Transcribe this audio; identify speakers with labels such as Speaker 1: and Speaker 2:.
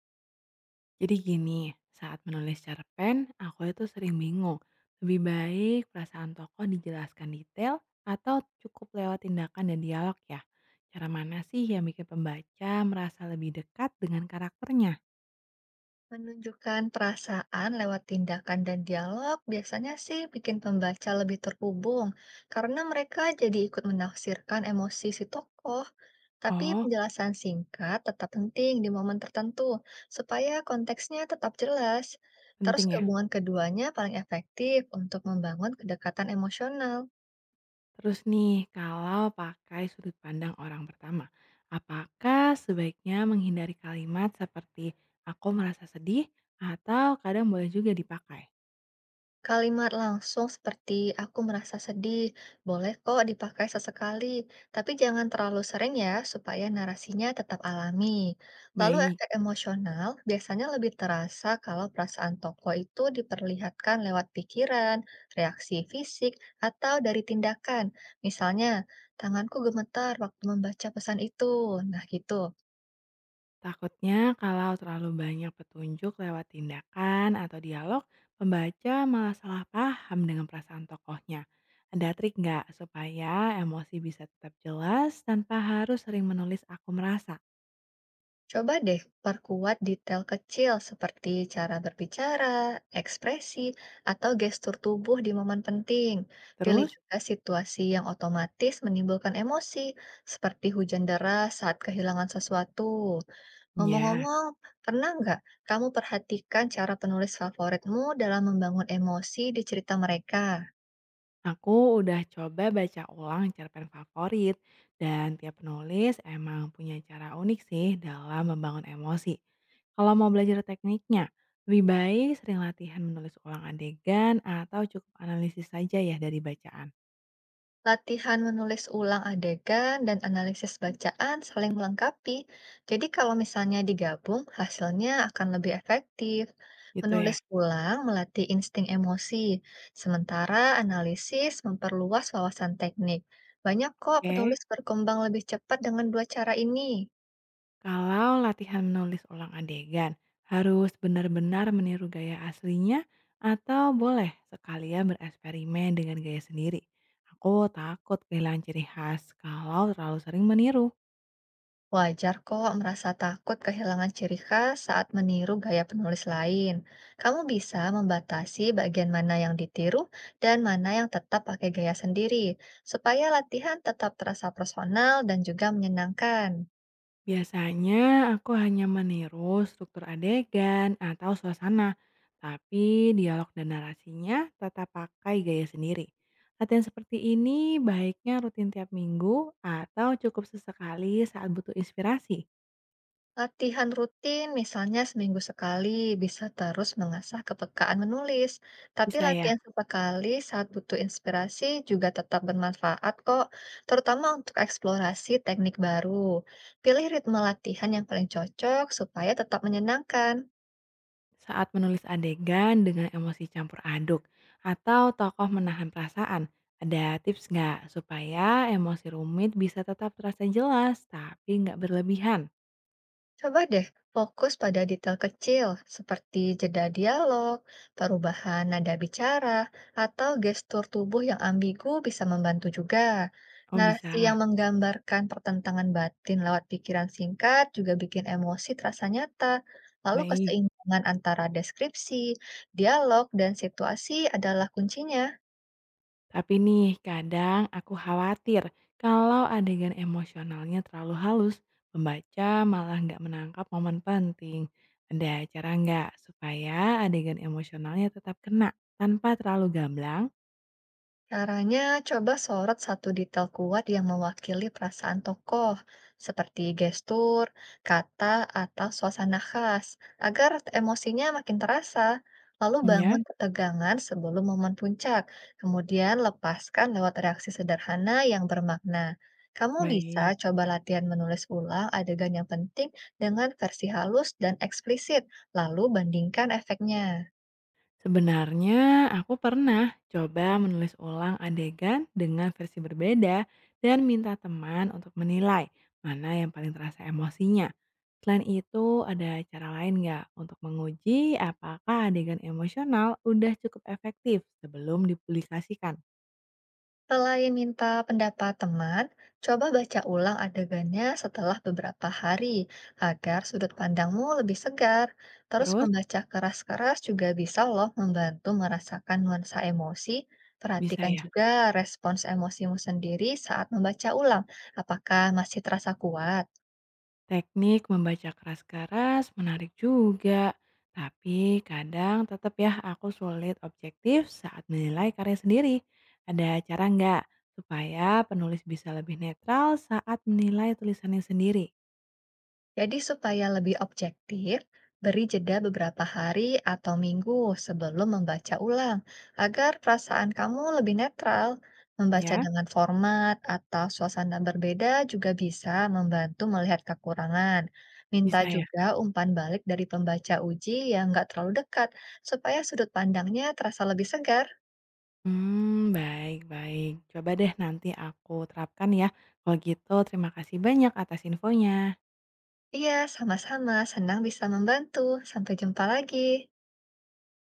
Speaker 1: Jadi gini, saat menulis cerpen, aku itu sering bingung. Lebih baik perasaan tokoh dijelaskan detail atau cukup lewat tindakan dan dialog ya. Cara mana sih yang bikin pembaca merasa lebih dekat dengan karakternya?
Speaker 2: Menunjukkan perasaan lewat tindakan dan dialog biasanya sih bikin pembaca lebih terhubung karena mereka jadi ikut menafsirkan emosi si tokoh. Tapi
Speaker 1: Oh,
Speaker 2: penjelasan singkat tetap penting di momen tertentu supaya konteksnya tetap jelas. Terus
Speaker 1: penting ya.
Speaker 2: gabungan keduanya paling efektif untuk membangun kedekatan emosional.
Speaker 1: Terus nih, kalau pakai sudut pandang orang pertama, apakah sebaiknya menghindari kalimat seperti aku merasa sedih atau kadang boleh juga dipakai?
Speaker 2: Kalimat langsung seperti "aku merasa sedih" boleh kok dipakai sesekali, tapi jangan terlalu sering ya, supaya narasinya tetap alami. Lalu,
Speaker 1: Baik.
Speaker 2: efek emosional biasanya lebih terasa kalau perasaan tokoh itu diperlihatkan lewat pikiran, reaksi fisik, atau dari tindakan. Misalnya, tanganku gemetar waktu membaca pesan itu. Nah, gitu.
Speaker 1: Takutnya kalau terlalu banyak petunjuk lewat tindakan atau dialog, pembaca malah salah paham dengan perasaan tokohnya. Ada trik nggak supaya emosi bisa tetap jelas tanpa harus sering menulis aku merasa?
Speaker 2: Coba deh perkuat detail kecil seperti cara berbicara, ekspresi, atau gestur tubuh di momen penting. Pilih
Speaker 1: Terus,
Speaker 2: juga situasi yang otomatis menimbulkan emosi, seperti hujan deras saat kehilangan sesuatu.
Speaker 1: ya.
Speaker 2: Ngomong-ngomong, pernah nggak kamu perhatikan cara penulis favoritmu dalam membangun emosi di cerita mereka?
Speaker 1: Aku udah coba baca ulang cerpen favorit, dan tiap penulis emang punya cara unik sih dalam membangun emosi. Kalau mau belajar tekniknya, lebih baik sering latihan menulis ulang adegan atau cukup analisis saja ya dari bacaan.
Speaker 2: Latihan menulis ulang adegan dan analisis bacaan saling melengkapi. Jadi kalau misalnya digabung, hasilnya akan lebih efektif.
Speaker 1: Gitu ya.
Speaker 2: Menulis ulang melatih insting emosi, sementara analisis memperluas wawasan teknik. Banyak kok
Speaker 1: Oke.
Speaker 2: penulis berkembang lebih cepat dengan dua cara ini.
Speaker 1: Kalau latihan menulis ulang adegan, harus benar-benar meniru gaya aslinya atau boleh sekalian bereksperimen dengan gaya sendiri. Aku takut kehilangan ciri khas kalau terlalu sering meniru.
Speaker 2: Wajar kok merasa takut kehilangan ciri khas saat meniru gaya penulis lain. Kamu bisa membatasi bagian mana yang ditiru dan mana yang tetap pakai gaya sendiri, supaya latihan tetap terasa personal dan juga menyenangkan.
Speaker 1: Biasanya aku hanya meniru struktur adegan atau suasana, tapi dialog dan narasinya tetap pakai gaya sendiri. Latihan seperti ini baiknya rutin tiap minggu atau cukup sesekali saat butuh inspirasi.
Speaker 2: Latihan rutin, misalnya seminggu sekali, bisa terus mengasah kepekaan menulis. Tapi
Speaker 1: Bisa ya?
Speaker 2: latihan sekali saat butuh inspirasi juga tetap bermanfaat kok, terutama untuk eksplorasi teknik baru. Pilih ritme latihan yang paling cocok supaya tetap menyenangkan.
Speaker 1: Saat menulis adegan dengan emosi campur aduk atau tokoh menahan perasaan, ada tips nggak supaya emosi rumit bisa tetap terasa jelas tapi nggak berlebihan?
Speaker 2: Coba deh fokus pada detail kecil seperti jeda dialog, perubahan nada bicara, atau gestur tubuh yang ambigu bisa membantu juga.
Speaker 1: Oh bisa,
Speaker 2: Narasi yang menggambarkan pertentangan batin lewat pikiran singkat juga bikin emosi terasa nyata. Lalu
Speaker 1: baik.
Speaker 2: keseimbangan antara deskripsi, dialog, dan situasi adalah kuncinya.
Speaker 1: Tapi nih kadang aku khawatir kalau adegan emosionalnya terlalu halus, pembaca malah nggak menangkap momen penting. Ada cara nggak supaya adegan emosionalnya tetap kena tanpa terlalu gamblang?
Speaker 2: Caranya, coba sorot satu detail kuat yang mewakili perasaan tokoh, seperti gestur, kata, atau suasana khas, agar emosinya makin terasa. Lalu
Speaker 1: Ya,
Speaker 2: bangun ketegangan sebelum momen puncak, kemudian lepaskan lewat reaksi sederhana yang bermakna. Kamu bisa
Speaker 1: baik.
Speaker 2: coba latihan menulis ulang adegan yang penting dengan versi halus dan eksplisit, lalu bandingkan efeknya.
Speaker 1: Sebenarnya aku pernah coba menulis ulang adegan dengan versi berbeda dan minta teman untuk menilai mana yang paling terasa emosinya. Selain itu, ada cara lain nggak untuk menguji apakah adegan emosional udah cukup efektif sebelum dipublikasikan?
Speaker 2: Selain minta pendapat teman, coba baca ulang adegannya setelah beberapa hari agar sudut pandangmu lebih segar. Terus
Speaker 1: Terus,
Speaker 2: membaca keras-keras juga bisa loh membantu merasakan nuansa emosi.
Speaker 1: bisa
Speaker 2: Perhatikan
Speaker 1: ya.
Speaker 2: juga respons emosimu sendiri saat membaca ulang, apakah masih terasa kuat.
Speaker 1: Teknik membaca keras-keras menarik juga, tapi kadang tetap ya aku sulit objektif saat menilai karya sendiri. Ada cara nggak supaya penulis bisa lebih netral saat menilai tulisannya sendiri?
Speaker 2: Jadi supaya lebih objektif, beri jeda beberapa hari atau minggu sebelum membaca ulang, agar perasaan kamu lebih netral. Membaca
Speaker 1: Ya,
Speaker 2: dengan format atau suasana berbeda juga bisa membantu melihat kekurangan. Minta
Speaker 1: bisa ya.
Speaker 2: juga umpan balik dari pembaca uji yang nggak terlalu dekat, supaya sudut pandangnya terasa lebih segar.
Speaker 1: Hmm, baik, baik. Coba deh nanti aku terapkan ya. Kalau gitu, terima kasih banyak atas infonya.
Speaker 2: Iya, sama-sama. Senang bisa membantu. Sampai jumpa lagi.